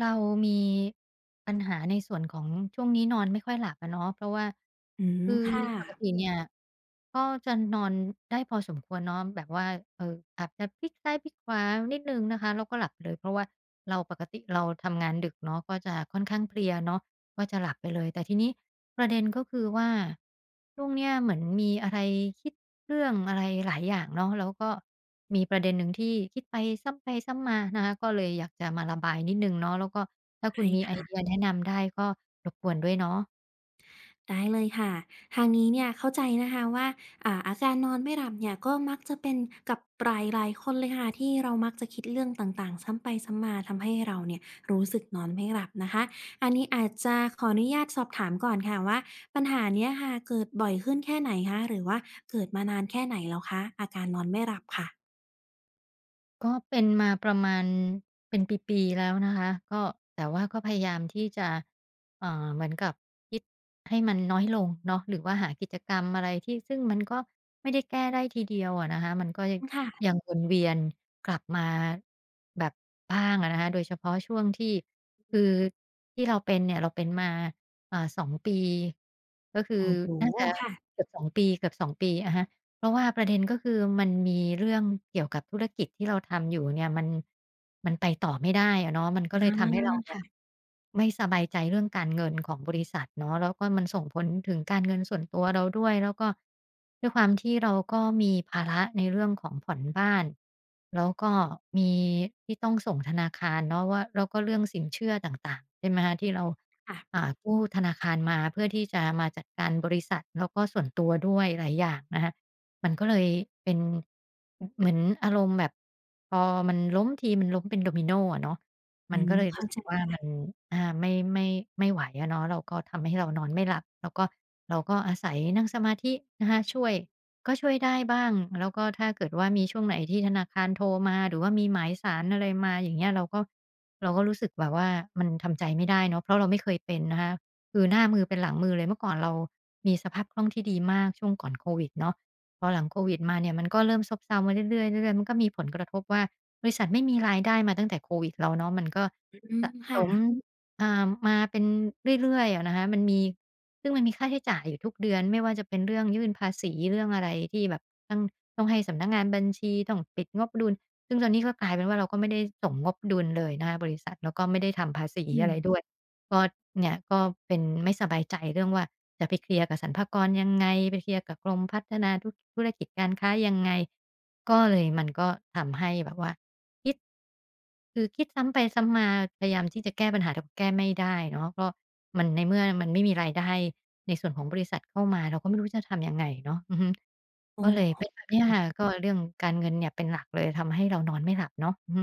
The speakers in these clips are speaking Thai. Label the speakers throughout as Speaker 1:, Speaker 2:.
Speaker 1: เรามีปัญหาในส่วนของช่วงนี้นอนไม่ค่อยหลับอะเนาะเพราะว่า
Speaker 2: อืม
Speaker 1: คือ
Speaker 2: ค่ะ
Speaker 1: ปกติเนี่ยก็จะนอนได้พอสมควรเนาะแบบว่าเอ่ออาจจะพลิกซ้ายพลิกขวานิดหนึ่งนะคะแล้วก็หลับเลยเพราะว่าเราปกติเราทำงานดึกเนาะก็จะค่อนข้างเพลียเนาะ ก็จะหลับไปเลยแต่ทีนี้ประเด็นก็คือว่าช่วงเนี้ยเหมือนมีอะไรคิดเรื่องอะไรหลายอย่างเนาะแล้วก็มีประเด็นหนึ่งที่คิดไปซ้ำไปซ้ำมานะคะก็เลยอยากจะมาระบายนิดหนึ่งเนาะแล้วก็ถ้าคุ
Speaker 2: ได้
Speaker 1: ณมีไอเดีย
Speaker 2: ค่ะ
Speaker 1: แนะนำได้ก็รบกวนด้วยเนาะ
Speaker 2: ได้เลยค่ะทางนี้เนี่ยเข้าใจนะคะว่าอาการนอนไม่หลับเนี่ยก็มักจะเป็นกับหลายคนเลยค่ะที่เรามักจะคิดเรื่องต่างๆซ้ำไปซ้ำมาทำให้เราเนี่ยรู้สึกนอนไม่หลับนะคะอันนี้อาจจะขออนุญาตสอบถามก่อนค่ะว่าปัญหาเนี้ยค่ะเกิดบ่อยขึ้นแค่ไหนคะหรือว่าเกิดมานานแค่ไหนแล้วคะอาการนอนไม่หลับค่ะ
Speaker 1: ก็เป็นมาประมาณเป็นปีๆแล้วนะคะก็แต่ว่าก็พยายามที่จะเอ่อเหมือนกับคิดให้มันน้อยลงเนาะหรือว่าหากิจกรรมอะไรที่ซึ่งมันก็ไม่ได้แก้ได้ทีเดียวอะนะคะมันก็ยัง
Speaker 2: ค่ะ
Speaker 1: วนเวียนกลับมาแบบบ้างอะนะคะโดยเฉพาะช่วงที่คือที่เราเป็นเนี่ยเราเป็นมาสองปีก็คือ
Speaker 2: โอ้โฮ
Speaker 1: น่าจะ
Speaker 2: ค่ะ
Speaker 1: เกือบสองปีเกือบสองปีอะฮะ เพราะว่าประเด็นก็คือมันมีเรื่องเกี่ยวกับธุรกิจที่เราทำอยู่เนี่ยมันไปต่อไม่ได้อะเนาะมัน
Speaker 2: อ
Speaker 1: ก็เลยทำให้เรา
Speaker 2: า
Speaker 1: เนี่ย
Speaker 2: ค
Speaker 1: ไม่สบายใจเรื่องการเงินของบริษัทเนาะแล้วก็มันส่งผลถึงการเงินส่วนตัวเราด้วยแล้วก็ด้วยความที่เราก็มีภาระในเรื่องของผ่อนบ้านแล้วก็มีที่ต้องส่งธนาคารเนาะว่าแล้วก็เรื่องสินเชื่อต่างๆใช่ไหมคะที่เรา
Speaker 2: ่ะๆ
Speaker 1: อ่ากู้ธนาคารมาเพื่อที่จะมาจัดการบริษัทแล้วก็ส่วนตัวด้วยหลายอย่างนะคะ มันก็เลยเป็นเหมือนอารมณ์แบบพอมันล้มทีมันล้มเป็นโดมิโนอะเนาะ
Speaker 2: อื
Speaker 1: มัน
Speaker 2: ม
Speaker 1: ก็เลย
Speaker 2: เข้า
Speaker 1: รู้สึ
Speaker 2: ใจ
Speaker 1: กว่ามันอ่าไม่ไม่ไหวอะเนาะเราก็ทำให้เรานอนไม่หลับแล้วก็เราก็อาศัยนั่งสมาธินะคะช่วยก็ช่วยได้บ้างแล้วก็ถ้าเกิดว่ามีช่วงไหนที่ธนาคารโทรมาหรือว่ามีหมายสารอะไรมาอย่างเงี้ยเราก็เราก็รู้สึกแบบว่ามันทำใจไม่ได้เนาะเพราะเราไม่เคยเป็นนะคะคือหน้ามือเป็นหลังมือเลยเมื่อก่อนเรามีสภาพคล่องที่ดีมากช่วงก่อนโควิดเนาะ พอหลังโควิดมาเนี่ยมันก็เริ่มซบเซามาเรื่อยๆเรื่อยๆมันก็มีผลกระทบว่าบริษัทไม่มีรายได้มาตั้งแต่โควิดแล้วเนาะมันก็
Speaker 2: อืม
Speaker 1: สะส
Speaker 2: ค่ะ
Speaker 1: มมาเป็นเรื่อยๆอะนะคะมันมีซึ่งมันมีค่าใช้จ่ายอยู่ทุกเดือนไม่ว่าจะเป็นเรื่องยื่นภาษีเรื่องอะไรที่แบบต้องให้สำนักงานบัญชีต้องปิดงบดุลซึ่งตอนนี้ก็กลายเป็นว่าเราก็ไม่ได้ส่งงบดุลเลยนะคะบริษัทแล้วก็ไม่ได้ทำภาษี
Speaker 2: อื
Speaker 1: อะไร
Speaker 2: ม
Speaker 1: ด้วยก็เนี่ยก็เป็นไม่สบายใจเรื่องว่า จะไปเคลียร์กับสรรพากรยังไงไปเคลียร์กับกรมพัฒนาธุรธุรกิจการค้ายังไงก็เลยมันก็ทำให้แบบว่าคิดคือคิดซ้ำไปซ้ำมาพยายามที่จะแก้ปัญหาแต่ก็แก้ไม่ได้เนาะก็มันในเมื่อมันไม่มีรายได้ในส่วนของบริษัทเข้ามาเราก็ไม่รู้จะทำยังไงเนาะอือฮึ
Speaker 2: โอ
Speaker 1: ก็เลย
Speaker 2: ้
Speaker 1: เป็นแบบเนี้ยค่ะก็เรื่องการเงินเนี่ยเป็นหลักเลยทำให้เรานอนไม่หลับเนาะอือฮ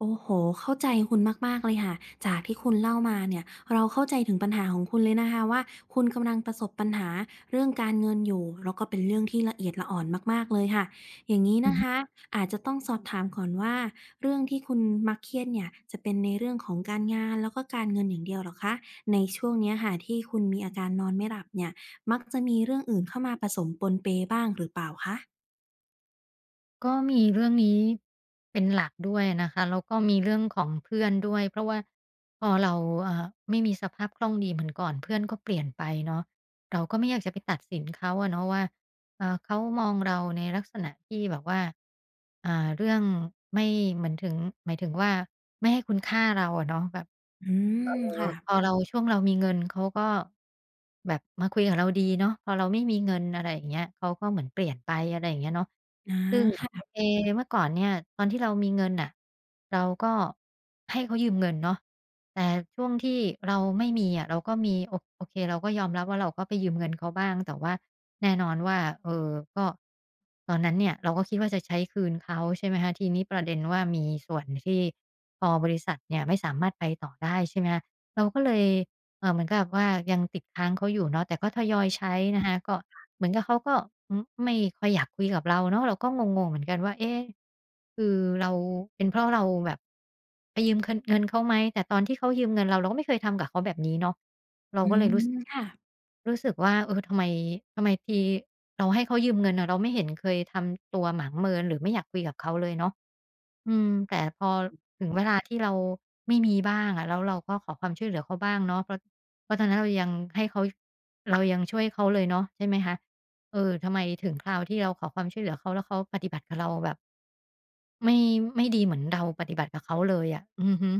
Speaker 2: โอ้โฮเข้าใจคุณมากๆเลยค่ะ จากที่คุณเล่ามาเนี่ยเราเข้าใจถึงปัญหาของคุณเลยนะคะว่าคุณกำลังประสบปัญหาเรื่องการเงินอยู่แล้วก็เป็นเรื่องที่ละเอียดละอ่อนมากๆเลยค่ะอย่างงี้
Speaker 1: ึ
Speaker 2: นะคะอาจจะต้องสอบถามก่อนว่าเรื่องที่คุณมักเครียดเนี่ยจะเป็นในเรื่องของการงานแล้วก็การเงินอย่างเดียวเหรอคะในช่วงเนี้ยค่ะที่คุณมีอาการนอนไม่หลับเนี่ยมักจะมีเรื่องอื่นเข้ามาผสมปนเปบ้างหรือเปล่าคะ
Speaker 1: ก็มีเรื่องนี้เป็นหลักด้วยนะคะแล้วก็มีเรื่องของเพื่อนด้วยเพราะว่าพอเราเอ่อไม่มีสภาพคล่องดีเหมือนก่อนเพื่อนก็เปลี่ยนไปเนาะเราก็ไม่อยากจะไปตัดสินเขาอะเนาะว่าเขามองเราในลักษณะที่แบบว่าอ่าเรื่องไม่เหมือนถึงหมายถึงว่าไม่ให้คุณค่าเราอะเนาะแบบ
Speaker 2: อืม
Speaker 1: อ
Speaker 2: ค่ะ
Speaker 1: พอเราช่วงเรามีเงินเขาก็แบบมาคุยกับเราดีเนาะพอเราไม่มีเงินอะไรอย่างเงี้ยเขาก็เหมือนเปลี่ยนไปอะไรอย่างเงี้ยเนาะ
Speaker 2: อา
Speaker 1: ซึ่ง
Speaker 2: ค่ะ
Speaker 1: โอเคเมื่อก่อนเนี่ยตอนที่เรามีเงินน่ะเราก็ให้เขายืมเงินเนาะแต่ช่วงที่เราไม่มีอะเราก็มีโอโอเคเราก็ยอมรับว่าเราก็ไปยืมเงินเขาบ้างแต่ว่าแน่นอนว่าเออก็ตอนนั้นเนี่ยเราก็คิดว่าจะใช้คืนเขาใช่ไหมคะทีนี้ประเด็นว่ามีส่วนที่พอบริษัทเนี่ยไม่สามารถไปต่อได้ใช่ไหมคะ เราก็เลยเหมือนกับว่ายังติดค้างเขาอยู่เนาะแต่ก็ทยอยใช้นะคะก็เหมือนกับเขาก็ไม่ค่อยอยากคุยกับเราเนาะเราก็งงๆเหมือนกันว่าเอ๊ะคือเราเป็นเพราะเราแบบไปยืมเคินเงินเขาไหมแต่ตอนที่เขายืมเงินเราเราก็ไม่เคยทำกับเขาแบบนี้เนาะ เรา
Speaker 2: อื
Speaker 1: ก็เลย
Speaker 2: มค่ะ
Speaker 1: รู้สึกว่าเออทำไมทีเราให้เขายืมเงินน่ะเราไม่เห็นเคยทำตัวหมางเมินหรือไม่อยากคุยกับเขาเลยเนาะอืมแต่พอถึงเวลาที่เราไม่มีบ้างอะแล้วเราก็ขอความช่วยเหลือเขาบ้างเนาะเพราะตอนนั้นเรายังให้เขาเรายังช่วยเขาเลยเนาะใช่ไหมคะเออทำไมถึงคราวที่เราขอความช่วยเหลือเขาแล้วเขาปฏิบัติกับเราแบบไม่ไม่ดีเหมือนเราปฏิบัติกับเขาเลยอะอือฮึ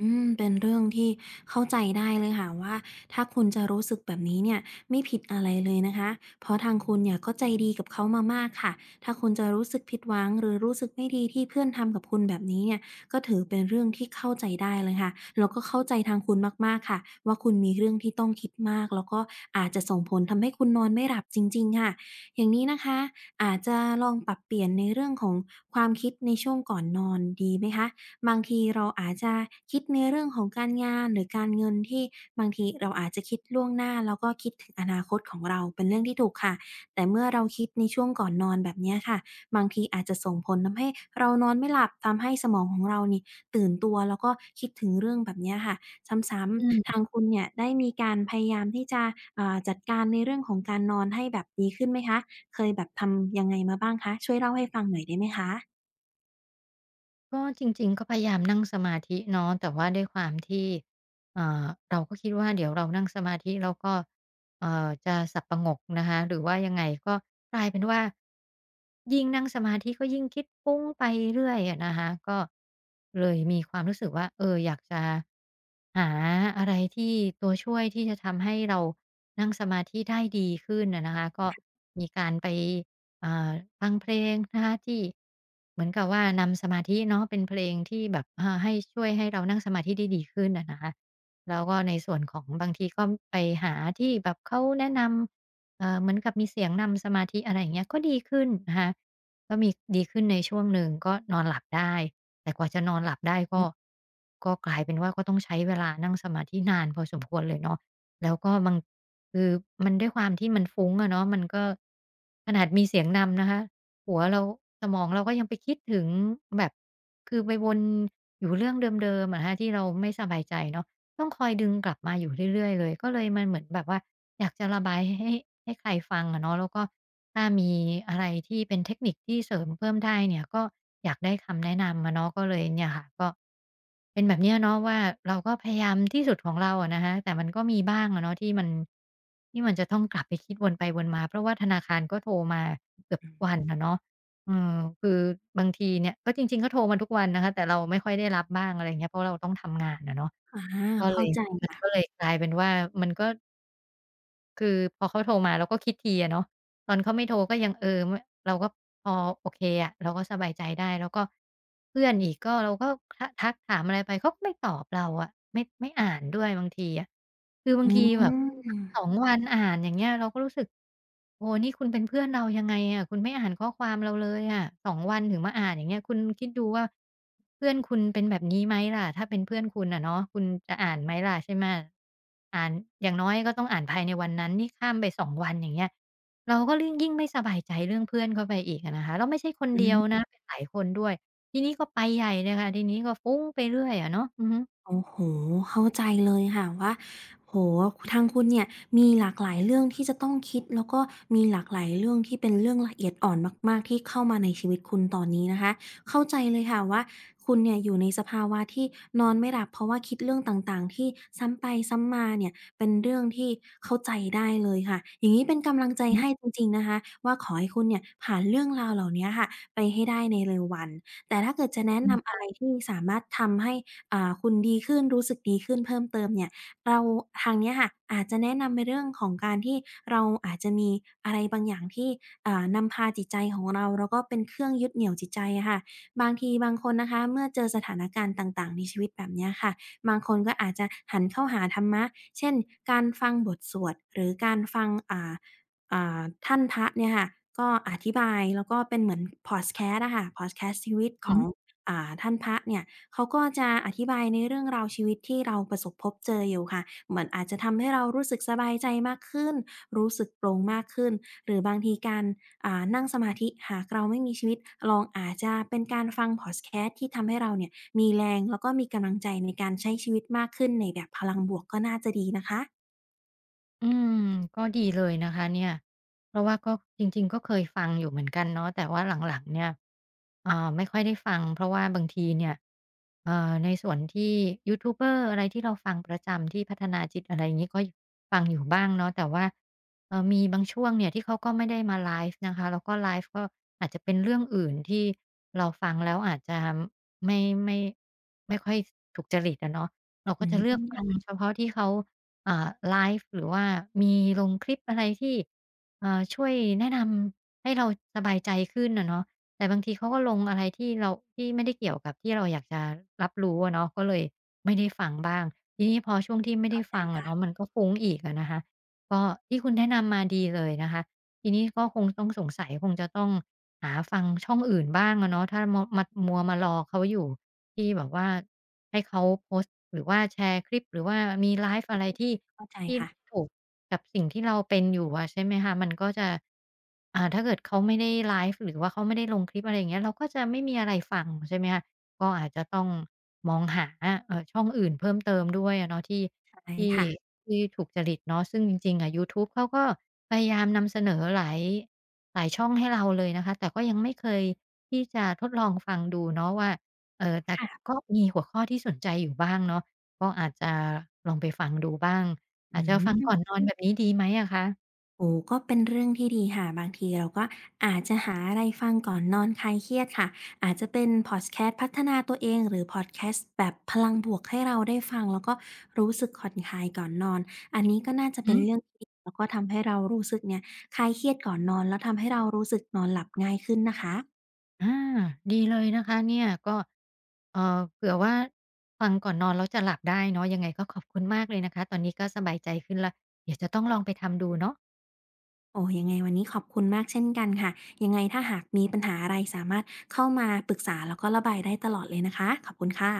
Speaker 2: อืมเป็นเรื่องที่เข้าใจได้เลยค่ะว่าถ้าคุณจะรู้สึกแบบนี้เนี่ยไม่ผิดอะไรเลยนะคะเพราะทางคุณเนี่ยก็ใจดีกับเขามามากค่ะถ้าคุณจะรู้สึกผิดหวังหรือรู้สึกไม่ดีที่เพื่อนทำกับคุณแบบนี้เนี่ยก็ถือเป็นเรื่องที่เข้าใจได้เลยค่ะแล้วก็เข้าใจทางคุณมากๆค่ะว่าคุณมีเรื่องที่ต้องคิดมากแล้วก็อาจจะส่งผลทำให้คุณนอนไม่หลับจริงๆค่ะอย่างนี้นะคะอาจจะลองปรับเปลี่ยนในเรื่องของความคิดในช่วงก่อนนอนดีไหมคะ บางทีเราอาจจะคิดในเรื่องของการงานหรือการเงินที่บางทีเราอาจจะคิดล่วงหน้าแล้วก็คิดถึงอนาคตของเราเป็นเรื่องที่ถูกค่ะแต่เมื่อเราคิดในช่วงก่อนนอนแบบเนี้ยค่ะบางทีอาจจะส่งผลทำให้เรานอนไม่หลับทำให้สมองของเรานี่ตื่นตัวแล้วก็คิดถึงเรื่องแบบเนี้ยค่ะซ้ำ
Speaker 1: อื
Speaker 2: ๆ
Speaker 1: ม
Speaker 2: ทางคุณเนี่ยได้มีการพยายามที่จะจัดการในเรื่องของการนอนให้แบบดีขึ้นไหมคะเคยแบบทำยังไงมาบ้างคะช่วยเล่าให้ฟังหน่อยได้ไหมคะ
Speaker 1: ก็จริงๆก็พยายามนั่งสมาธิเนาะแต่ว่าด้วยความที่เราก็คิดว่าเดี๋ยวเรานั่งสมาธิแล้วก็จะสับประงกนะคะหรือว่ายังไงก็กลายเป็นว่ายิ่งนั่งสมาธิก็ยิ่งคิดฟุ้งไปเรื่อยอะนะคะก็เลยมีความรู้สึกว่าเอออยากจะหาอะไรที่ตัวช่วยที่จะทำให้เรานั่งสมาธิได้ดีขึ้นอะนะคะก็มีการไป อ่าฟังเพลงนะคะที่เหมือนกับว่านำสมาธิเนาะเป็นเพลงที่แบบให้ช่วยให้เรานั่งสมาธิได้ดีขึ้นอะนะคะแล้วก็ในส่วนของบางทีก็ไปหาที่แบบเขาแนะนำเหมือนกับมีเสียงนำสมาธิอะไรอย่างเงี้ยก็ดีขึ้นนะคะก็มีดีขึ้นในช่วงหนึ่งก็นอนหลับได้แต่กว่าจะนอนหลับได้ก็กลายเป็นว่าก็ต้องใช้เวลานั่งสมาธินานพอสมควรเลยเนาะแล้วก็บาง คือมันด้วยความที่มันฟุ้งอะเนาะมันก็ขนาดมีเสียงนำนะคะหัวเราสมองเราก็ยังไปคิดถึงแบบคือไปวนอยู่เรื่องเดิมๆอะนะที่เราไม่สบายใจเนาะต้องคอยดึงกลับมาอยู่เรื่อยๆเลยก็เลยมันเหมือนแบบว่า อยากจะระบายให้ให้ใครฟังอะเนาะแล้วก็ถ้ามีอะไรที่เป็นเทคนิคที่เสริมเพิ่มได้เนี่ยก็อยากได้คำแนะนำอะเนาะก็เลยเนี่ยค่ะก็เป็นแบบเนี้ยเนาะว่าเราก็พยายามที่สุดของเราอะนะคะแต่มันก็มีบ้างอะเนาะที่มันที่มันจะต้องกลับไปคิดวนไปวนมาเพราะว่าธนาคารก็โทรมาเกือบทุกวันอะเนาะอืมคือบางทีเนี่ยก็จริงๆก็โทรมาทุกวันนะคะแต่เราไม่ค่อยได้รับบ้างอะไรอย่างเงี้ยเพราะเราต้องทำงานอะเนาะ
Speaker 2: อา
Speaker 1: ก็เล
Speaker 2: เข้า
Speaker 1: ย
Speaker 2: ใจ
Speaker 1: มันก็เลยกลายเป็นว่ามันก็ คือพอเขาโทรมาเราก็คิดทีอะเนาะ ตอนเขาไม่โทรก็ยังเออมเราก็พอโอเคอะเราก็สบายใจได้แล้วก็เพื่อนอีกก็เราก็ททักถามอะไรไปเขาก็ไม่ตอบเราอะไม่อ่านด้วยบางทีอะคือบา
Speaker 2: อื
Speaker 1: งทีแบบ
Speaker 2: ม
Speaker 1: สองวันอ่านอย่างเงี้ยเราก็รู้สึกโอ้โฮนี่คุณเป็นเพื่อนเรายังไงอะคุณไม่อ่านข้อความเราเลยอะสองวันถึงมาอ่านอย่างเงี้ยคุณคิดดูว่าเพื่อนคุณเป็นแบบนี้ไหมล่ะถ้าเป็นเพื่อนคุณอะเนาะคุณจะอ่านไหมล่ะใช่ไหมอ่านอย่างน้อยก็ต้องอ่านภายในวันนั้นนี่ข้ามไปสองวันอย่างเงี้ย เราก็ลิ่งยิ่งไม่สบายใจเรื่องเพื่อนเข้าไปอีกอะนะคะแล้วไม่ใช่คน
Speaker 2: อื
Speaker 1: เดียว
Speaker 2: ม
Speaker 1: นะเป็นหลายคนด้วยทีนี้ก็ไปใหญ่เลยค่ะทีนี้ก็ฟุ้งไปเรื่อยอะเนาะอือฮึ
Speaker 2: โอ้โฮเข้าใจเลยค่ะว่าโอ้โฮทางคุณเนี่ยมีหลากหลายเรื่องที่จะต้องคิดแล้วก็มีหลากหลายเรื่องที่เป็นเรื่องละเอียดอ่อนมากๆที่เข้ามาในชีวิตคุณตอนนี้นะคะเข้าใจเลยค่ะว่าคุณเนี่ยอยู่ในสภาวะที่นอนไม่หลับเพราะว่าคิดเรื่องต่างๆที่ซ้ำไปซ้ำมาเนี่ยเป็นเรื่องที่เข้าใจได้เลยค่ะอย่างนี้เป็นกำลัง
Speaker 1: อื
Speaker 2: ใจ
Speaker 1: อ
Speaker 2: ให้
Speaker 1: ฮึ
Speaker 2: จริงๆนะคะว่าขอให้คุณเนี่ยผ่านเรื่องราวเหล่าเนี้ยค่ะไปให้ได้ในเร็ววันแต่ถ้าเกิดจะแนะ
Speaker 1: อื
Speaker 2: นำอะไร
Speaker 1: อ
Speaker 2: ที่สามารถทำให้ คุณดีขึ้นรู้สึกดีขึ้นเพิ่มเติมเนี่ยเราทางเนี้ยค่ะอาจจะแนะนำในเรื่องของการที่เราอาจจะมีอะไรบางอย่างที่นำพาจิตใจของเราแล้วก็เป็นเครื่องยึดเหนี่ยวจิตใจอะค่ะบางทีบางคนนะคะเมื่อเจอสถานการณ์ต่างๆในชีวิตแบบเนี้ยค่ะบางคนก็อาจจะหันเข้าหาธรรมะเช่นการฟังบทสวดหรือการฟังอ่าท่านพระเนี่ยค่ะก็อธิบายแล้วก็เป็นเหมือนพอดแคสต์อะค่ะพอดแคสต์ชีวิตข
Speaker 1: ฮึ
Speaker 2: องท่านพระเนี่ย เขาก็จะอธิบายในเรื่องราวชีวิตที่เราประสบพบเจออยู่ค่ะ เหมือนอาจจะทำให้เรารู้สึกสบายใจมากขึ้น รู้สึกโปร่งมากขึ้น หรือบางทีการนั่งสมาธิ หากเราไม่มีชีวิตลองอาจจะเป็นการฟังพอดแคสต์ที่ทำให้เราเนี่ยมีแรงแล้วก็มีกำลังใจในการใช้ชีวิตมากขึ้นในแบบพลังบวกก็น่าจะดีนะคะ
Speaker 1: อืมก็ดีเลยนะคะเนี่ยเพราะว่าก็จริงๆก็เคยฟังอยู่เหมือนกันเนาะแต่ว่าหลังๆเนี่ยไม่ค่อยได้ฟังเพราะว่าบางทีเนี่ยในส่วนที่ยูทูบเบอร์อะไรที่เราฟังประจำที่พัฒนาจิตอะไรอย่างงี้ก็ฟังอยู่บ้างเนาะแต่ว่ามีบางช่วงเนี่ยที่เขาก็ไม่ได้มาไลฟ์นะคะแล้วก็ไลฟ์ก็อาจจะเป็นเรื่องอื่นที่เราฟังแล้วอาจจะไม่ไม่ไม่ค่อยถูกจริตอะเนาะเรา
Speaker 2: อื
Speaker 1: ก็
Speaker 2: ม
Speaker 1: จะเลือกฟัง
Speaker 2: ค่ะ
Speaker 1: เฉพาะที่เขา ไลฟ์หรือว่ามีลงคลิปอะไรที่ช่วยแนะนำให้เราสบายใจขึ้นอะเนาะแต่บางทีเขาก็ลงอะไรที่เราที่ไม่ได้เกี่ยวกับที่เราอยากจะรับรู้อะเนาะก็เลยไม่ได้ฟังบ้างทีนี้พอช่วงที่ไม่ได้ฟังอะเนาะมันก็ฟุ้งอีกอะนะคะก็ที่คุณแนะนำมาดีเลยนะคะทีนี้ก็คงต้องสงสัยคงจะต้องหาฟังช่องอื่นบ้างอะเนาะถ้ามัวมารอเขาอยู่ ที่แบบว่าให้เขาโพสต์หรือว่าแชร์คลิปหรือว่ามีไลฟ์อะไรที่
Speaker 2: เข้าใจ
Speaker 1: ที่
Speaker 2: ค่ะ
Speaker 1: ถูกกับสิ่งที่เราเป็นอยู่อะใช่ไหมคะมันก็จะถ้าเกิดเขาไม่ได้ไลฟ์หรือว่าเขาไม่ได้ลงคลิปอะไรอย่างเงี้ยเราก็จะไม่มีอะไรฟังใช่ไหมคะก็อาจจะต้องมองหาช่องอื่นเพิ่มเติมด้วยอะเนาะที่
Speaker 2: ใช่
Speaker 1: ที่
Speaker 2: ค่ะ
Speaker 1: ที่ถูกจริตเนาะซึ่งจริงๆอะยูทูบเขาก็พยายามนำเสนอหลายช่องให้เราเลยนะคะแต่ก็ยังไม่เคยที่จะทดลองฟังดูเนาะว่า เออแต่
Speaker 2: ค่ะ
Speaker 1: ก็มีหัวข้อที่สนใจอยู่บ้างเนาะก็อาจจะลองไปฟังดูบ้าง
Speaker 2: อื
Speaker 1: อาจจะฟังก่อน
Speaker 2: ม
Speaker 1: นอนแบบนี้ดีไหมอะคะ
Speaker 2: โอ้ก็เป็นเรื่องที่ดีค่ะบางทีเราก็อาจจะหาอะไรฟังก่อนนอนคลายเครียดค่ะอาจจะเป็นพอดแคสต์พัฒนาตัวเองหรือพอดแคสต์แบบพลังบวกให้เราได้ฟังแล้วก็รู้สึกผ่อนคลายก่อนนอนอันนี้ก็น่าจะ
Speaker 1: อือ
Speaker 2: เป็
Speaker 1: ฮึ
Speaker 2: นเรื่องที่ดีแล้วก็ทำให้เรารู้สึกเนี่ยคลายเครียดก่อนนอนแล้วทำให้เรารู้สึกนอนหลับง่ายขึ้นนะคะ
Speaker 1: อาดีเลยนะคะเนี่ยก็เผื่อว่าฟังก่อนนอนแล้วจะหลับได้เนาะยังไงก็ขอบคุณมากเลยนะคะตอนนี้ก็สบายใจขึ้นแล้วเดี๋ยวจะต้องลองไปทำดูเนาะ
Speaker 2: โอ้ยังไงวันนี้ขอบคุณมากเช่นกันค่ะยังไงถ้าหากมีปัญหาอะไรสามารถเข้ามาปรึกษาแล้วก็ระบายได้ตลอดเลยนะคะขอบคุณค่ะ